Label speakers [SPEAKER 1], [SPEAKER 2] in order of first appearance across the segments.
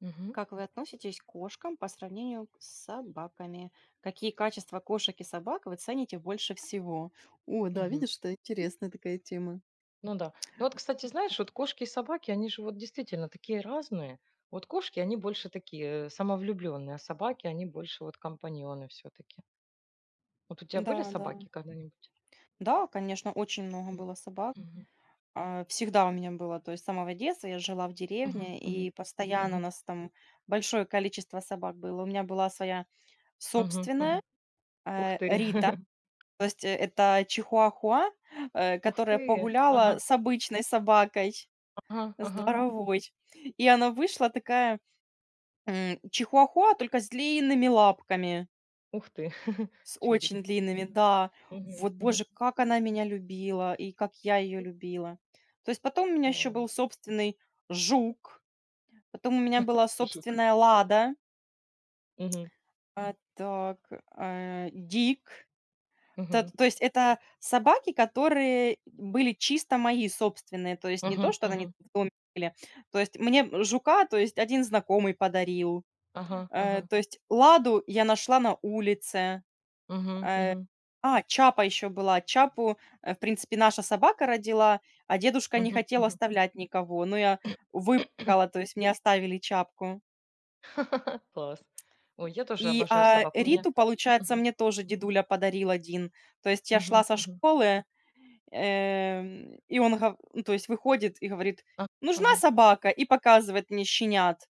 [SPEAKER 1] Мгм,
[SPEAKER 2] Как вы относитесь к кошкам по сравнению с собаками? Какие качества кошек и собак вы цените больше всего? О, да,
[SPEAKER 1] мгм.
[SPEAKER 2] видишь, что интересная такая тема.
[SPEAKER 1] Ну да. Ну вот, кстати, знаешь, вот кошки и собаки, они же вот действительно такие разные. Вот кошки, они больше такие самовлюбленные, а собаки, они больше вот компаньоны все-таки. Вот у тебя были
[SPEAKER 2] Да, да.
[SPEAKER 1] собаки когда-нибудь?
[SPEAKER 2] Да, конечно, очень много
[SPEAKER 1] М,
[SPEAKER 2] было собак.
[SPEAKER 1] мгм,
[SPEAKER 2] Всегда у меня было, то есть с самого детства я жила в
[SPEAKER 1] мгм,
[SPEAKER 2] деревне, и
[SPEAKER 1] мгм,
[SPEAKER 2] Мгм. Постоянно у
[SPEAKER 1] мгм,
[SPEAKER 2] нас там большое количество собак было. У меня была своя
[SPEAKER 1] мгм,
[SPEAKER 2] собственная
[SPEAKER 1] мгм. Ух ты,
[SPEAKER 2] Рита, то есть это чихуахуа,
[SPEAKER 1] ух
[SPEAKER 2] которая
[SPEAKER 1] ты,
[SPEAKER 2] погуляла
[SPEAKER 1] ага,
[SPEAKER 2] с обычной собакой.
[SPEAKER 1] ага,
[SPEAKER 2] С
[SPEAKER 1] ага,
[SPEAKER 2] дворовой. И она вышла такая, чихуахуа, только с длинными лапками,
[SPEAKER 1] ух ты,
[SPEAKER 2] с очень
[SPEAKER 1] чудик.
[SPEAKER 2] длинными, да.
[SPEAKER 1] Мгм,
[SPEAKER 2] Вот,
[SPEAKER 1] мгм.
[SPEAKER 2] боже, как она меня любила и как я ее любила. То есть потом у меня еще
[SPEAKER 1] Класс.
[SPEAKER 2] был собственный жук, потом у меня была
[SPEAKER 1] Жук.
[SPEAKER 2] собственная лада,
[SPEAKER 1] Мгм,
[SPEAKER 2] так, дик. Та
[SPEAKER 1] мгм,
[SPEAKER 2] То есть это собаки, которые были чисто мои собственные, то есть не то,
[SPEAKER 1] мгм,
[SPEAKER 2] что они
[SPEAKER 1] мгм.
[SPEAKER 2] в доме были. То есть мне жука, то есть один знакомый подарил.
[SPEAKER 1] Ага, ага, ага.
[SPEAKER 2] То есть «Ладу» я нашла на улице.
[SPEAKER 1] Мгм,
[SPEAKER 2] Э,
[SPEAKER 1] мгм,
[SPEAKER 2] Чапа еще была. Чапу, в принципе, наша собака родила, а дедушка не
[SPEAKER 1] мгм,
[SPEAKER 2] хотел
[SPEAKER 1] мгм.
[SPEAKER 2] оставлять никого. Но я выплакала, то есть мне оставили Чапку.
[SPEAKER 1] Класс. Ой, я тоже
[SPEAKER 2] И,
[SPEAKER 1] обожаю собак. У меня
[SPEAKER 2] Риту, получается,
[SPEAKER 1] Мгм.
[SPEAKER 2] мне тоже дедуля подарил один. То есть я шла
[SPEAKER 1] Мгм.
[SPEAKER 2] со
[SPEAKER 1] Мгм.
[SPEAKER 2] школы, и он гов ну, то есть выходит и говорит:
[SPEAKER 1] А,
[SPEAKER 2] «Нужна
[SPEAKER 1] ага.
[SPEAKER 2] собака?» И показывает мне щенят.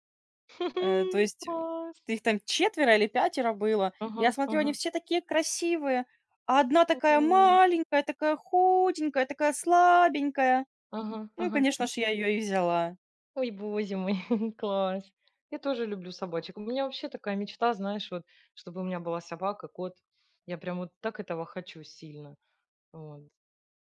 [SPEAKER 2] То есть,
[SPEAKER 1] Класс.
[SPEAKER 2] их там четверо или пятеро было.
[SPEAKER 1] Ага,
[SPEAKER 2] Я смотрю, они
[SPEAKER 1] ага.
[SPEAKER 2] все такие красивые, а одна такая
[SPEAKER 1] М.
[SPEAKER 2] маленькая, такая худенькая, такая слабенькая.
[SPEAKER 1] Ага,
[SPEAKER 2] Ну и,
[SPEAKER 1] ага.
[SPEAKER 2] конечно же, я ее и взяла.
[SPEAKER 1] Ой, боже мой, класс. Я тоже люблю собачек. У меня вообще такая мечта, знаешь, вот, чтобы у меня была собака, кот. Я прям вот так этого хочу сильно. Вот.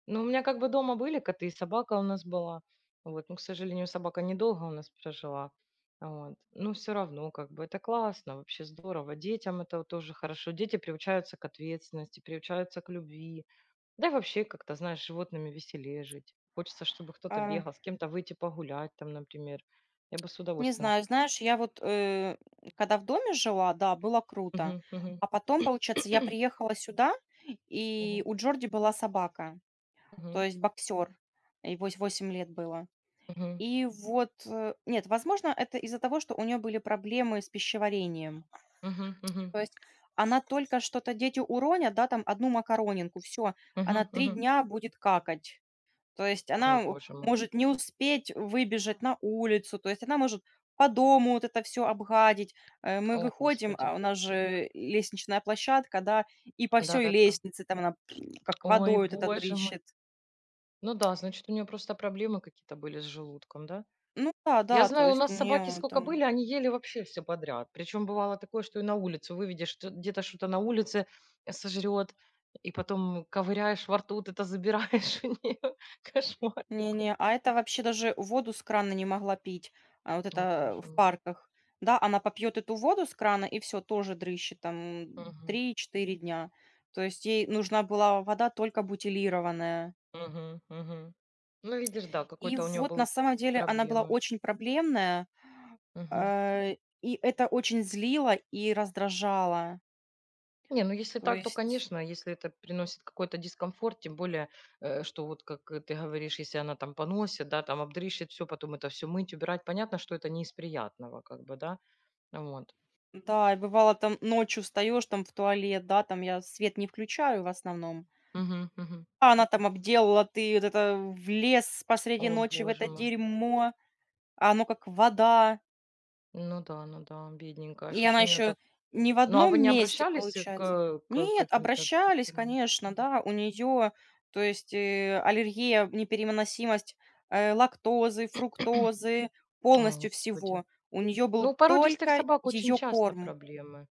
[SPEAKER 1] Ну, у меня как бы дома были коты, и собака у нас была. Вот. Ну, к сожалению, собака недолго у нас прожила. Вот. Но все равно, как бы, это классно, вообще здорово. Детям это вот тоже хорошо. Дети приучаются к ответственности, приучаются к любви. Да и вообще как-то, знаешь, с животными веселее жить. Хочется, чтобы кто-то
[SPEAKER 2] А,
[SPEAKER 1] бегал, с кем-то выйти погулять, там, например. Я бы с
[SPEAKER 2] не
[SPEAKER 1] удовольствием.
[SPEAKER 2] знаю, знаешь, я вот, когда в доме жила, да, было круто.
[SPEAKER 1] Мгм, мгм.
[SPEAKER 2] А потом, получается, я приехала сюда, и
[SPEAKER 1] Мгм,
[SPEAKER 2] у Джорди была собака, то
[SPEAKER 1] мгм,
[SPEAKER 2] есть боксер. Ей вось 8 лет было.
[SPEAKER 1] мгм,
[SPEAKER 2] И вот, нет, возможно, это из-за того, что у нее были проблемы с пищеварением.
[SPEAKER 1] мгм, мгм,
[SPEAKER 2] То есть она только что-то дети уронят, да, там одну макаронинку, все, она
[SPEAKER 1] мгм,
[SPEAKER 2] 3
[SPEAKER 1] мгм.
[SPEAKER 2] дня будет какать. То есть
[SPEAKER 1] Ой,
[SPEAKER 2] она у
[SPEAKER 1] боже мой.
[SPEAKER 2] может не успеть выбежать на улицу, то есть она может по дому вот это все обгадить. Мы
[SPEAKER 1] О,
[SPEAKER 2] выходим,
[SPEAKER 1] Господи.
[SPEAKER 2] а у нас же лестничная площадка, да, и по всей
[SPEAKER 1] Да-да-да.
[SPEAKER 2] лестнице там она как
[SPEAKER 1] Ой,
[SPEAKER 2] водой вот это
[SPEAKER 1] боже мой.
[SPEAKER 2] дрыщет.
[SPEAKER 1] Ну да, значит, у нее просто проблемы какие-то были с желудком, да?
[SPEAKER 2] Ну да,
[SPEAKER 1] Я
[SPEAKER 2] да, то
[SPEAKER 1] знаю, у
[SPEAKER 2] есть у
[SPEAKER 1] нас собаки
[SPEAKER 2] нее
[SPEAKER 1] сколько
[SPEAKER 2] там.
[SPEAKER 1] были, они ели вообще все подряд. Причем бывало такое, что и на улицу выведешь, что где-то что-то на улице сожрет, и потом ковыряешь во рту, вот это забираешь у нее Кошмар такой.
[SPEAKER 2] Не-не, а это вообще даже воду с крана не могла пить, а вот
[SPEAKER 1] Ой,
[SPEAKER 2] это
[SPEAKER 1] боже
[SPEAKER 2] в
[SPEAKER 1] мой.
[SPEAKER 2] парках. Да, она попьет эту воду с крана и все тоже дрыщет там
[SPEAKER 1] Мгм.
[SPEAKER 2] 3-4 дня. То есть ей нужна была вода только бутилированная.
[SPEAKER 1] Мгм. Мгм. Ну, видишь, да,
[SPEAKER 2] И
[SPEAKER 1] какой-то у нее
[SPEAKER 2] вот на
[SPEAKER 1] был
[SPEAKER 2] самом деле она была
[SPEAKER 1] проблемы.
[SPEAKER 2] очень проблемная, э, и это очень злило и раздражало.
[SPEAKER 1] Не, ну если
[SPEAKER 2] То
[SPEAKER 1] так, то,
[SPEAKER 2] есть,
[SPEAKER 1] конечно, если это приносит какой-то дискомфорт, тем более, что вот как ты говоришь, если она там поносит, да, там обдрищит все, потом это все мыть, убирать, понятно, что это не из приятного, как бы, да, Ну вот.
[SPEAKER 2] да, и бывало там ночью встаешь там в туалет, да, там я свет не включаю в основном.
[SPEAKER 1] Мгм, мгм.
[SPEAKER 2] А, она там обделала, ты вот это влез посреди
[SPEAKER 1] О,
[SPEAKER 2] ночи в
[SPEAKER 1] боже
[SPEAKER 2] это
[SPEAKER 1] мой.
[SPEAKER 2] дерьмо, а оно как вода.
[SPEAKER 1] Ну да, ну да, бедненькая,
[SPEAKER 2] И
[SPEAKER 1] что ж
[SPEAKER 2] она
[SPEAKER 1] у нее
[SPEAKER 2] еще
[SPEAKER 1] так...
[SPEAKER 2] не в
[SPEAKER 1] Ну а вы
[SPEAKER 2] одном
[SPEAKER 1] не
[SPEAKER 2] месте,
[SPEAKER 1] обращались к,
[SPEAKER 2] получается.
[SPEAKER 1] к
[SPEAKER 2] Нет,
[SPEAKER 1] каким-то
[SPEAKER 2] обращались,
[SPEAKER 1] докторам?
[SPEAKER 2] конечно,
[SPEAKER 1] Мгм.
[SPEAKER 2] да, у нее, то есть аллергия, непереносимость лактозы, фруктозы,
[SPEAKER 1] О,
[SPEAKER 2] полностью
[SPEAKER 1] господи.
[SPEAKER 2] всего. У нее
[SPEAKER 1] Ну,
[SPEAKER 2] был
[SPEAKER 1] у породистых
[SPEAKER 2] только
[SPEAKER 1] собак очень
[SPEAKER 2] ее
[SPEAKER 1] часто
[SPEAKER 2] корм.
[SPEAKER 1] проблемы.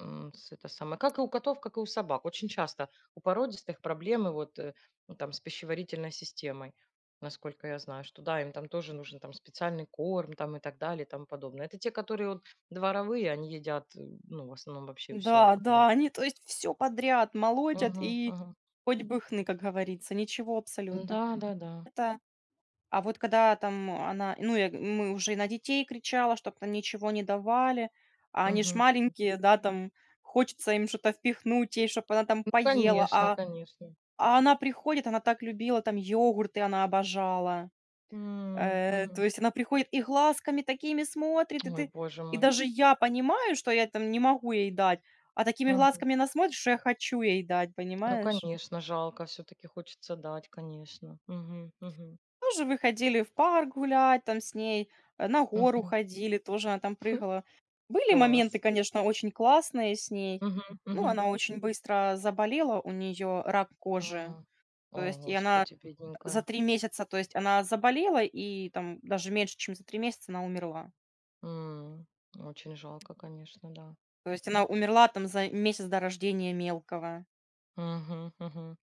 [SPEAKER 1] М, с это самое. Как и у котов, как и у собак. Очень часто у породистых проблемы вот ну, там с пищеварительной системой, насколько я знаю, что да, им там тоже нужен там специальный корм там и так далее и тому подобное. Это те, которые вот дворовые, они едят, ну, в основном вообще все
[SPEAKER 2] Да,
[SPEAKER 1] как бы.
[SPEAKER 2] да, они, то есть, все подряд молотят
[SPEAKER 1] Мгм,
[SPEAKER 2] и
[SPEAKER 1] мгм.
[SPEAKER 2] хоть бы хны, как говорится, ничего абсолютно.
[SPEAKER 1] Да, да, да.
[SPEAKER 2] Это А вот когда там она, ну, я г мы уже и на детей кричала, чтобы там ничего не давали, а они ж
[SPEAKER 1] Мгм.
[SPEAKER 2] маленькие, да, там хочется им что-то впихнуть, ей, чтобы она там
[SPEAKER 1] Ну,
[SPEAKER 2] поела,
[SPEAKER 1] конечно,
[SPEAKER 2] а
[SPEAKER 1] конечно.
[SPEAKER 2] а она приходит, она так любила там йогурты, она обожала.
[SPEAKER 1] М,
[SPEAKER 2] То
[SPEAKER 1] мгм.
[SPEAKER 2] есть она приходит и глазками такими смотрит, и
[SPEAKER 1] Ой,
[SPEAKER 2] ты
[SPEAKER 1] боже
[SPEAKER 2] и
[SPEAKER 1] мой.
[SPEAKER 2] даже я понимаю, что я там не могу ей дать, а такими
[SPEAKER 1] Мгм.
[SPEAKER 2] глазками она смотрит, что я хочу ей дать,
[SPEAKER 1] Ну,
[SPEAKER 2] понимаешь?
[SPEAKER 1] конечно, жалко, все таки хочется дать, конечно. Мгм, мгм,
[SPEAKER 2] Тоже выходили в парк гулять там с ней, на гору
[SPEAKER 1] мгм.
[SPEAKER 2] ходили, тоже она там прыгала. Были моменты,
[SPEAKER 1] Класс.
[SPEAKER 2] конечно, очень классные с ней.
[SPEAKER 1] Мгм,
[SPEAKER 2] Ну,
[SPEAKER 1] мгм.
[SPEAKER 2] она очень быстро заболела, у нее рак кожи.
[SPEAKER 1] М.
[SPEAKER 2] То
[SPEAKER 1] О,
[SPEAKER 2] есть, и она
[SPEAKER 1] господи,
[SPEAKER 2] за
[SPEAKER 1] бедненькая.
[SPEAKER 2] 3 месяца, то есть она заболела, и там даже меньше, чем за 3 месяца она умерла.
[SPEAKER 1] М. Очень жалко, конечно, да.
[SPEAKER 2] То есть она умерла там за месяц до рождения мелкого.
[SPEAKER 1] Мгм, мгм.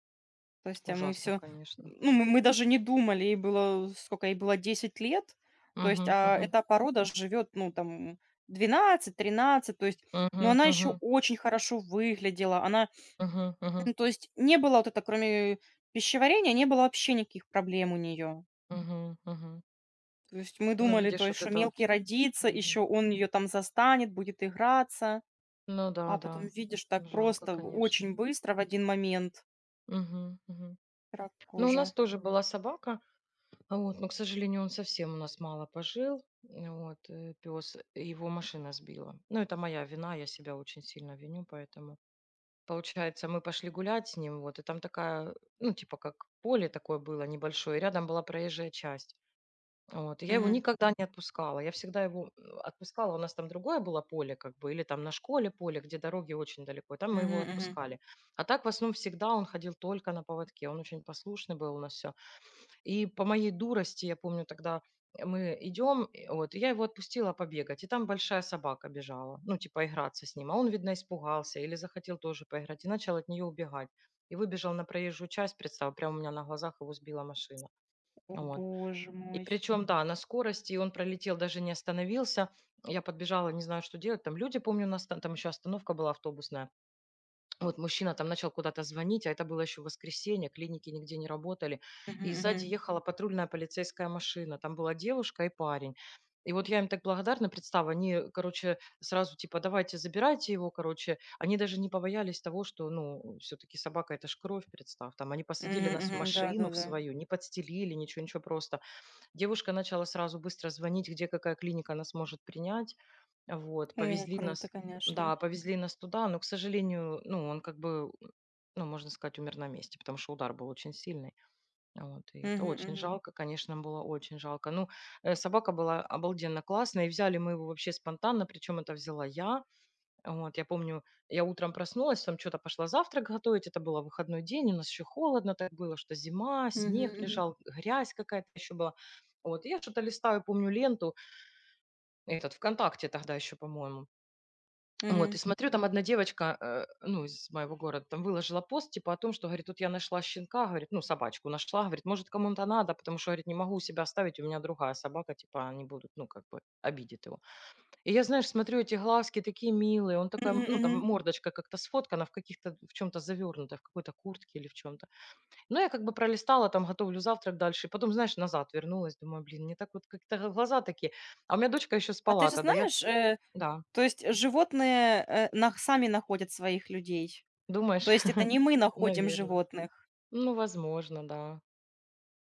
[SPEAKER 2] То есть, а мы
[SPEAKER 1] Ужасно,
[SPEAKER 2] все,
[SPEAKER 1] конечно.
[SPEAKER 2] ну, мы даже не думали, ей было сколько ей было 10 лет. То есть,
[SPEAKER 1] Мгм,
[SPEAKER 2] а
[SPEAKER 1] мгм.
[SPEAKER 2] эта порода живет, ну, там 12, 13. То есть, но
[SPEAKER 1] Мгм,
[SPEAKER 2] она еще
[SPEAKER 1] мгм.
[SPEAKER 2] очень хорошо выглядела. Она,
[SPEAKER 1] Мгм, мгм.
[SPEAKER 2] ну, то есть не было вот это, кроме пищеварения, не было вообще никаких проблем у нее.
[SPEAKER 1] Мгм, мгм.
[SPEAKER 2] То есть мы
[SPEAKER 1] Ну,
[SPEAKER 2] думали, то
[SPEAKER 1] видишь,
[SPEAKER 2] есть,
[SPEAKER 1] вот
[SPEAKER 2] что
[SPEAKER 1] это вот
[SPEAKER 2] мелкий родится,
[SPEAKER 1] Мгм.
[SPEAKER 2] еще он ее там застанет, будет играться,
[SPEAKER 1] Ну
[SPEAKER 2] а
[SPEAKER 1] да,
[SPEAKER 2] потом
[SPEAKER 1] да.
[SPEAKER 2] видишь так
[SPEAKER 1] Жалко,
[SPEAKER 2] просто
[SPEAKER 1] конечно.
[SPEAKER 2] очень быстро в один момент
[SPEAKER 1] Мгм, мгм.
[SPEAKER 2] рак
[SPEAKER 1] Ну, у
[SPEAKER 2] кожи.
[SPEAKER 1] нас тоже была собака. А вот, но, к сожалению, он совсем у нас мало пожил. Вот, пес, его машина сбила. Ну, это моя вина, я себя очень сильно виню, поэтому... Получается, мы пошли гулять с ним, вот, и там такая, ну, типа, как поле такое было небольшое, и рядом была проезжая часть. Вот, и я его
[SPEAKER 2] Мгм.
[SPEAKER 1] никогда не отпускала, я всегда его отпускала, у нас там другое было поле, как бы, или там на школе поле, где дороги очень далеко, и там мы
[SPEAKER 2] Мгм,
[SPEAKER 1] его
[SPEAKER 2] мгм.
[SPEAKER 1] отпускали. А так, в основном, всегда он ходил только на поводке, он очень послушный был у нас все. И по моей дурости, я помню тогда, мы идем, и вот, и я его отпустила побегать, и там большая собака бежала, ну, типа играться с ним. А он, видно, испугался или захотел тоже поиграть, и начал от нее убегать. И выбежал на проезжую часть, представь, прямо у меня на глазах его сбила машина.
[SPEAKER 2] О,
[SPEAKER 1] Вот.
[SPEAKER 2] боже
[SPEAKER 1] И
[SPEAKER 2] мой.
[SPEAKER 1] причем, да, на скорости, и он пролетел, даже не остановился. Я подбежала, не знаю, что делать. Там люди, помню, у нас там, там еще остановка была автобусная. Вот мужчина там начал куда-то звонить, а это было еще воскресенье, клиники нигде не работали.
[SPEAKER 2] Мгм,
[SPEAKER 1] И сзади
[SPEAKER 2] мгм.
[SPEAKER 1] ехала патрульная полицейская машина. Там была девушка и парень. И вот я им так благодарна, представь, они, короче, сразу типа, давайте, забирайте его, короче. Они даже не побоялись того, что, ну, все-таки собака это ж кровь, представь. Там они посадили
[SPEAKER 2] Мгм,
[SPEAKER 1] нас в
[SPEAKER 2] мгм.
[SPEAKER 1] машину в
[SPEAKER 2] Да-да-да.
[SPEAKER 1] свою, не подстелили, ничего, ничего просто. Девушка начала сразу быстро звонить, где какая клиника нас может принять. Вот,
[SPEAKER 2] О,
[SPEAKER 1] повезли
[SPEAKER 2] круто,
[SPEAKER 1] нас,
[SPEAKER 2] конечно.
[SPEAKER 1] да, повезли нас туда, но, к сожалению, ну, он как бы, ну, можно сказать, умер на месте, потому что удар был очень сильный. Вот, и это
[SPEAKER 2] Мгм,
[SPEAKER 1] очень
[SPEAKER 2] мгм.
[SPEAKER 1] жалко, конечно, было очень жалко. Ну, собака была обалденно классная, и взяли мы его вообще спонтанно, причем это взяла я, вот, я помню, я утром проснулась, там что-то пошла завтрак готовить, это было выходной день, у нас еще холодно так было, что зима,
[SPEAKER 2] Мгм,
[SPEAKER 1] снег
[SPEAKER 2] мгм.
[SPEAKER 1] лежал, грязь какая-то еще была. Вот, я что-то листаю, помню ленту, этот, ВКонтакте тогда еще, по-моему. Вот,
[SPEAKER 2] Мгм.
[SPEAKER 1] и смотрю, там одна девочка, ну, из моего города, там выложила пост, типа, о том, что, говорит, тут я нашла щенка, говорит, ну, собачку нашла, говорит, может, кому-то надо, потому что, говорит, не могу себя оставить, у меня другая собака, типа, они будут, ну, как бы, обидит его. И я, знаешь, смотрю, эти глазки такие милые. Он такая,
[SPEAKER 2] Мгм,
[SPEAKER 1] ну, там
[SPEAKER 2] мгм.
[SPEAKER 1] мордочка как-то сфоткана в каких-то, в чем-то завернута, в какой-то куртке или в чем-то. Ну, я как бы пролистала, там, готовлю завтрак дальше. И потом, знаешь, назад вернулась, думаю, блин, мне так вот как-то глаза такие. А у меня дочка еще
[SPEAKER 2] А ты
[SPEAKER 1] спала
[SPEAKER 2] же
[SPEAKER 1] тогда, я,
[SPEAKER 2] знаешь,
[SPEAKER 1] да,
[SPEAKER 2] то есть животные, э, нах сами находят своих людей.
[SPEAKER 1] думаешь,
[SPEAKER 2] То есть это не мы находим
[SPEAKER 1] наверное.
[SPEAKER 2] животных.
[SPEAKER 1] Ну, возможно, да.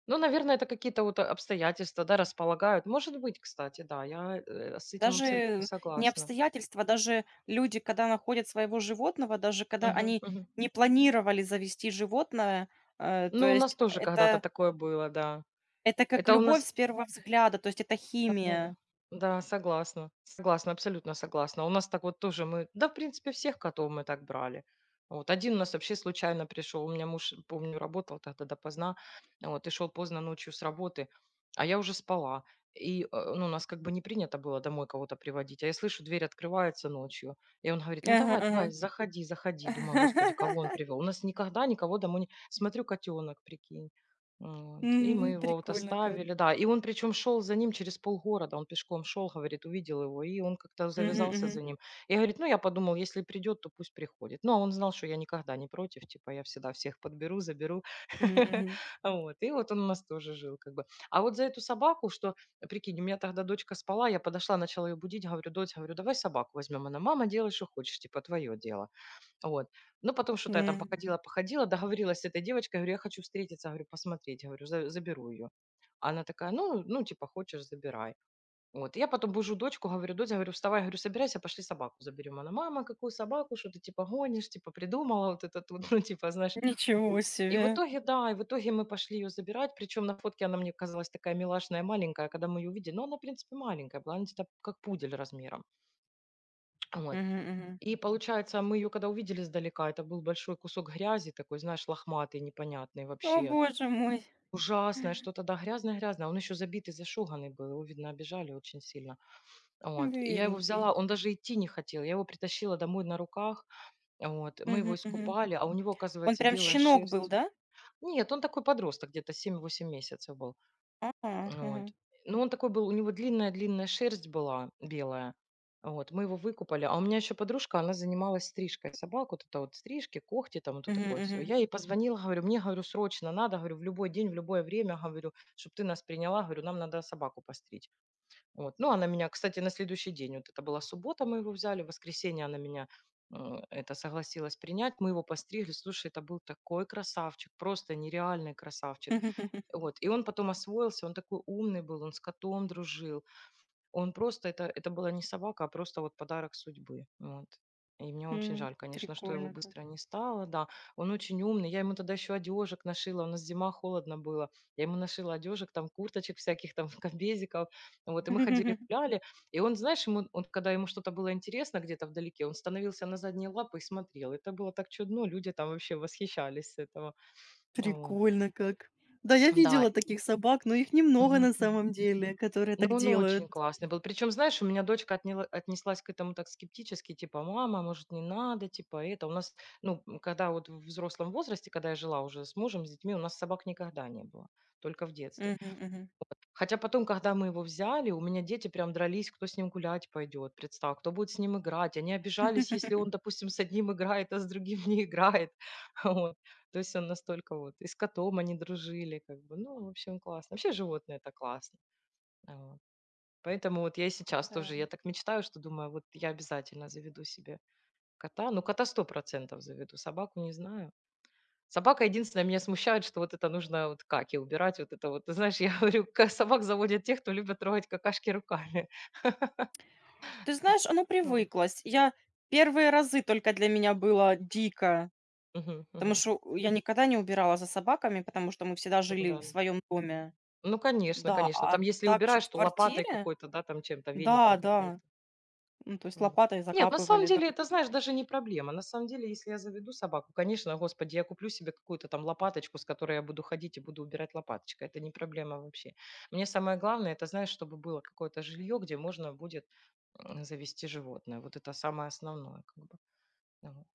[SPEAKER 1] Ну, наверное, это какие-то вот обстоятельства, да, располагают. Может быть, кстати, да, я с этим абсолютно
[SPEAKER 2] Даже не
[SPEAKER 1] согласна.
[SPEAKER 2] обстоятельства, даже люди, когда находят своего животного, даже когда
[SPEAKER 1] Мгм,
[SPEAKER 2] они
[SPEAKER 1] мгм.
[SPEAKER 2] не планировали завести животное, то
[SPEAKER 1] Ну, у нас
[SPEAKER 2] есть
[SPEAKER 1] тоже когда-то
[SPEAKER 2] это
[SPEAKER 1] такое было, да.
[SPEAKER 2] это как
[SPEAKER 1] Это у
[SPEAKER 2] любовь
[SPEAKER 1] нас
[SPEAKER 2] с первого взгляда, то есть это
[SPEAKER 1] Да-да-да.
[SPEAKER 2] химия.
[SPEAKER 1] Да, согласна. Согласна, абсолютно согласна. У нас так вот тоже мы да, в принципе, всех котов мы так брали. Вот. Один у нас вообще случайно пришел. У меня муж, помню, работал тогда допоздна, вот, и шел поздно ночью с работы, а я уже спала. И, ну, у нас как бы не принято было домой кого-то приводить, а я слышу, дверь открывается ночью. И он говорит, ну,
[SPEAKER 2] Ага,
[SPEAKER 1] давай, давай,
[SPEAKER 2] ага.
[SPEAKER 1] заходи, заходи. Думаю, господи, кого он привел? У нас никогда никого домой не... Смотрю, котенок, прикинь. Вот. И мы
[SPEAKER 2] Мгм.
[SPEAKER 1] его вот
[SPEAKER 2] Прикольно как.
[SPEAKER 1] оставили, да. И он причем шел за ним через полгорода, он пешком шел, говорит, увидел его, и он как-то
[SPEAKER 2] Мгм,
[SPEAKER 1] завязался
[SPEAKER 2] мгм.
[SPEAKER 1] за ним. Я, говорит, ну я подумал, если придет, то пусть приходит. Ну, а он знал, что я никогда не против, типа я всегда всех подберу, заберу.
[SPEAKER 2] Мгм, мгм.
[SPEAKER 1] Вот. И вот он у нас тоже жил как бы. А вот за эту собаку, что, прикинь, у меня тогда дочка спала, я подошла, начала ее будить, говорю, дочь, говорю, давай собаку возьмем. Она, мама, делай, что хочешь, типа твое дело. Вот. Но потом что-то я там
[SPEAKER 2] М.
[SPEAKER 1] походила-походила, договорилась с этой девочкой, говорю, я хочу встретиться, говорю, посмотреть, говорю, заберу ее. Она такая, ну, ну, типа, хочешь, забирай. Вот. Я потом бужу дочку, говорю, дочь, говорю, вставай, говорю, собирайся, пошли собаку заберем. Она, мама, какую собаку, что ты, типа, гонишь, типа, придумала вот это тут, ну, типа, знаешь.
[SPEAKER 2] Ничего
[SPEAKER 1] И в
[SPEAKER 2] себе.
[SPEAKER 1] итоге, да, и в итоге мы пошли ее забирать, причем на фотке она мне казалась такая милашная, маленькая, когда мы ее увидели, но она, в принципе, маленькая была, она где-то как пудель размером. Вот.
[SPEAKER 2] Мгм, мгм.
[SPEAKER 1] И получается, мы ее когда увидели издалека, это был большой кусок грязи такой, знаешь, лохматый, непонятный
[SPEAKER 2] О,
[SPEAKER 1] вообще.
[SPEAKER 2] боже мой,
[SPEAKER 1] Ужасное, что-то, да, грязное-грязное. Он еще забитый, зашуганный был, его, видно, обижали очень сильно. Вот. И я его
[SPEAKER 2] бедненький.
[SPEAKER 1] взяла, он даже идти не хотел. Я его притащила домой на руках, вот. Мы
[SPEAKER 2] Мгм,
[SPEAKER 1] его
[SPEAKER 2] мгм.
[SPEAKER 1] искупали, а у него,
[SPEAKER 2] Он
[SPEAKER 1] оказывается,
[SPEAKER 2] прям
[SPEAKER 1] белая
[SPEAKER 2] щенок был,
[SPEAKER 1] шерсть.
[SPEAKER 2] да?
[SPEAKER 1] Нет, он такой подросток, где-то 7-8 месяцев был.
[SPEAKER 2] А,
[SPEAKER 1] Вот.
[SPEAKER 2] мгм.
[SPEAKER 1] Но он такой был, у него длинная-длинная шерсть была белая. Вот, мы его выкупали. А у меня еще подружка, она занималась стрижкой собак. Вот это вот стрижки, когти там, вот
[SPEAKER 2] Мгм,
[SPEAKER 1] такое все.
[SPEAKER 2] мгм.
[SPEAKER 1] Я ей позвонила, говорю, мне, говорю, срочно надо, говорю, в любой день, в любое время, говорю, чтобы ты нас приняла, говорю, нам надо собаку постричь. Вот. Ну, она меня, кстати, на следующий день, вот это была суббота, мы его взяли, в воскресенье она меня это согласилась принять, мы его постригли, слушай, это был такой красавчик, просто нереальный красавчик вот, и он потом освоился, он такой умный был, он с котом дружил. Он просто, это была не собака, а просто вот подарок судьбы. Вот. И мне очень
[SPEAKER 2] М.
[SPEAKER 1] жаль, конечно, что его
[SPEAKER 2] Прикольно как.
[SPEAKER 1] быстро не стало, да. Он очень умный, я ему тогда еще одежек нашила, у нас зима, холодно было. Я ему нашила одежек, там, курточек всяких, там, комбезиков. Вот, и мы ходили, гуляли. И он, знаешь, ему, он, когда ему что-то было интересно где-то вдалеке, он становился на задние лапы и смотрел. Это было так чудно, люди там вообще восхищались с этого. Вот.
[SPEAKER 2] Прикольно как. Да, я
[SPEAKER 1] Да.
[SPEAKER 2] видела таких собак, но их немного
[SPEAKER 1] Мгм,
[SPEAKER 2] на
[SPEAKER 1] мгм.
[SPEAKER 2] самом деле, которые
[SPEAKER 1] Но
[SPEAKER 2] так
[SPEAKER 1] он
[SPEAKER 2] делают.
[SPEAKER 1] очень классный был. Причем, знаешь, у меня дочка отнеслась к этому так скептически, типа, мама, может, не надо, типа, это. У нас, ну, м, когда вот в взрослом возрасте, когда я жила уже с мужем, с детьми, у нас собак никогда не было, только в детстве.
[SPEAKER 2] Мгм, мгм.
[SPEAKER 1] Хотя потом, когда мы его взяли, у меня дети прям дрались, кто с ним гулять пойдет, представь, кто будет с ним играть. Они обижались, если он, допустим, с одним играет, а с другим не играет. Вот. То есть он настолько вот. И с котом они дружили, как бы. Ну, в общем, классно. Вообще животные это классно. Вот. Поэтому вот я и сейчас
[SPEAKER 2] Да.
[SPEAKER 1] тоже, я так мечтаю, что думаю, вот я обязательно заведу себе кота. Ну, кота 100% заведу, собаку не знаю. Собака единственное меня смущает, что вот это нужно вот каки убирать, вот это вот. Ты знаешь, я говорю, собак заводят тех, кто любит трогать какашки руками.
[SPEAKER 2] Ты знаешь, оно
[SPEAKER 1] Вот.
[SPEAKER 2] привыклось. Я первые разы только для меня было дико,
[SPEAKER 1] Мгм,
[SPEAKER 2] потому
[SPEAKER 1] мгм.
[SPEAKER 2] что я никогда не убирала за собаками, потому что мы всегда
[SPEAKER 1] Ну
[SPEAKER 2] жили
[SPEAKER 1] да.
[SPEAKER 2] в своем доме.
[SPEAKER 1] Ну, конечно,
[SPEAKER 2] Да,
[SPEAKER 1] конечно.
[SPEAKER 2] а
[SPEAKER 1] Там, если
[SPEAKER 2] так, чтобы
[SPEAKER 1] убираешь,
[SPEAKER 2] в
[SPEAKER 1] то лопатой
[SPEAKER 2] квартире?
[SPEAKER 1] какой-то, да, там чем-то, веником
[SPEAKER 2] Да,
[SPEAKER 1] каким-то.
[SPEAKER 2] да. Ну, то есть
[SPEAKER 1] Ну да.
[SPEAKER 2] лопатой
[SPEAKER 1] Нет, на самом
[SPEAKER 2] закапывали, да.
[SPEAKER 1] деле, это, знаешь, даже не проблема. На самом деле, если я заведу собаку, конечно, господи, я куплю себе какую-то там лопаточку, с которой я буду ходить и буду убирать лопаточкой. Это не проблема вообще. Мне самое главное, это, знаешь, чтобы было какое-то жилье, где можно будет завести животное. Вот это самое основное, как бы. Ну Вот.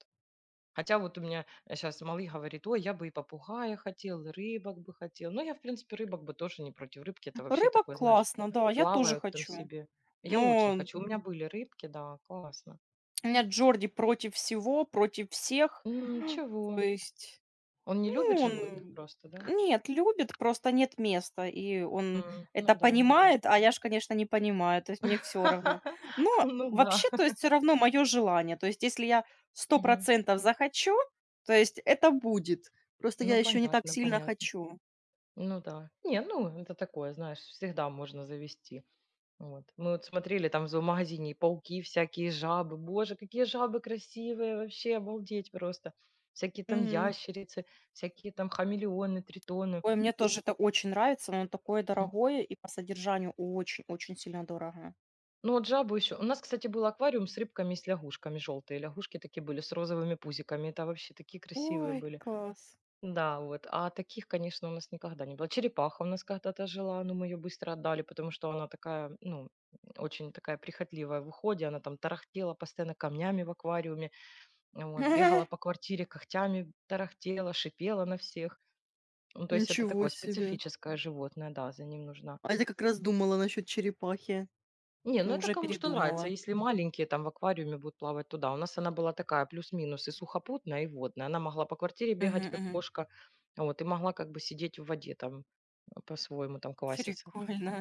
[SPEAKER 1] Хотя вот у меня сейчас малый говорит, ой, я бы и попугая хотел, и рыбок бы хотел. Но я, в принципе, рыбок бы тоже не против. Рыбки это вообще
[SPEAKER 2] Рыбок
[SPEAKER 1] такое, знаешь,
[SPEAKER 2] классно, да, я тоже
[SPEAKER 1] плавают там
[SPEAKER 2] хочу.
[SPEAKER 1] себе. Я очень
[SPEAKER 2] Но
[SPEAKER 1] хочу. У меня были рыбки, да, классно.
[SPEAKER 2] у меня Джорди против всего, против всех.
[SPEAKER 1] М,
[SPEAKER 2] То
[SPEAKER 1] ничего.
[SPEAKER 2] есть.
[SPEAKER 1] Он не любит
[SPEAKER 2] Ну,
[SPEAKER 1] животных
[SPEAKER 2] он
[SPEAKER 1] просто, да?
[SPEAKER 2] нет, любит, просто нет места, и он
[SPEAKER 1] М, ну
[SPEAKER 2] это
[SPEAKER 1] да, ну да.
[SPEAKER 2] понимает, а я ж, конечно, не понимаю, то есть мне все равно. Но
[SPEAKER 1] Ну да.
[SPEAKER 2] вообще, то есть все равно мое желание, то есть если я сто
[SPEAKER 1] Мгм.
[SPEAKER 2] процентов захочу, то есть это будет. Просто я
[SPEAKER 1] Ну
[SPEAKER 2] еще не так
[SPEAKER 1] понятно,
[SPEAKER 2] сильно
[SPEAKER 1] понятно.
[SPEAKER 2] хочу.
[SPEAKER 1] Ну да. Не, ну это такое, знаешь, всегда можно завести. Вот. Мы вот смотрели там в зоомагазине и пауки, всякие жабы. Боже, какие жабы красивые, вообще обалдеть просто. Всякие там
[SPEAKER 2] Мгм.
[SPEAKER 1] ящерицы, всякие там хамелеоны, тритоны.
[SPEAKER 2] Ой, мне тоже это очень нравится, но он такое дорогое и по содержанию очень-очень сильно дорого.
[SPEAKER 1] Ну, вот жабу еще. У нас, кстати, был аквариум с рыбками и с лягушками. Желтые лягушки такие были с розовыми пузиками. Это вообще такие красивые
[SPEAKER 2] Ой,
[SPEAKER 1] были.
[SPEAKER 2] класс.
[SPEAKER 1] Да, вот. А таких, конечно, у нас никогда не было. Черепаха у нас когда-то жила, но мы ее быстро отдали, потому что она такая, ну, очень такая прихотливая в уходе. Она там тарахтела постоянно камнями в аквариуме. Вот, бегала по квартире когтями, тарахтела, шипела на всех. Ну, то есть это
[SPEAKER 2] Ничего
[SPEAKER 1] такое
[SPEAKER 2] себе.
[SPEAKER 1] специфическое животное, да, за ним нужна
[SPEAKER 2] А я как раз думала насчет черепахи.
[SPEAKER 1] Не, ну
[SPEAKER 2] Ну,
[SPEAKER 1] это
[SPEAKER 2] уже
[SPEAKER 1] кому что нравится.
[SPEAKER 2] передумала.
[SPEAKER 1] Если маленькие там в аквариуме будут плавать туда. У нас она была такая плюс-минус и сухопутная, и водная. Она могла по квартире
[SPEAKER 2] Мгм,
[SPEAKER 1] бегать, как
[SPEAKER 2] мгм.
[SPEAKER 1] кошка, вот, и могла как бы сидеть в воде там по-своему там кваситься.
[SPEAKER 2] Прикольно.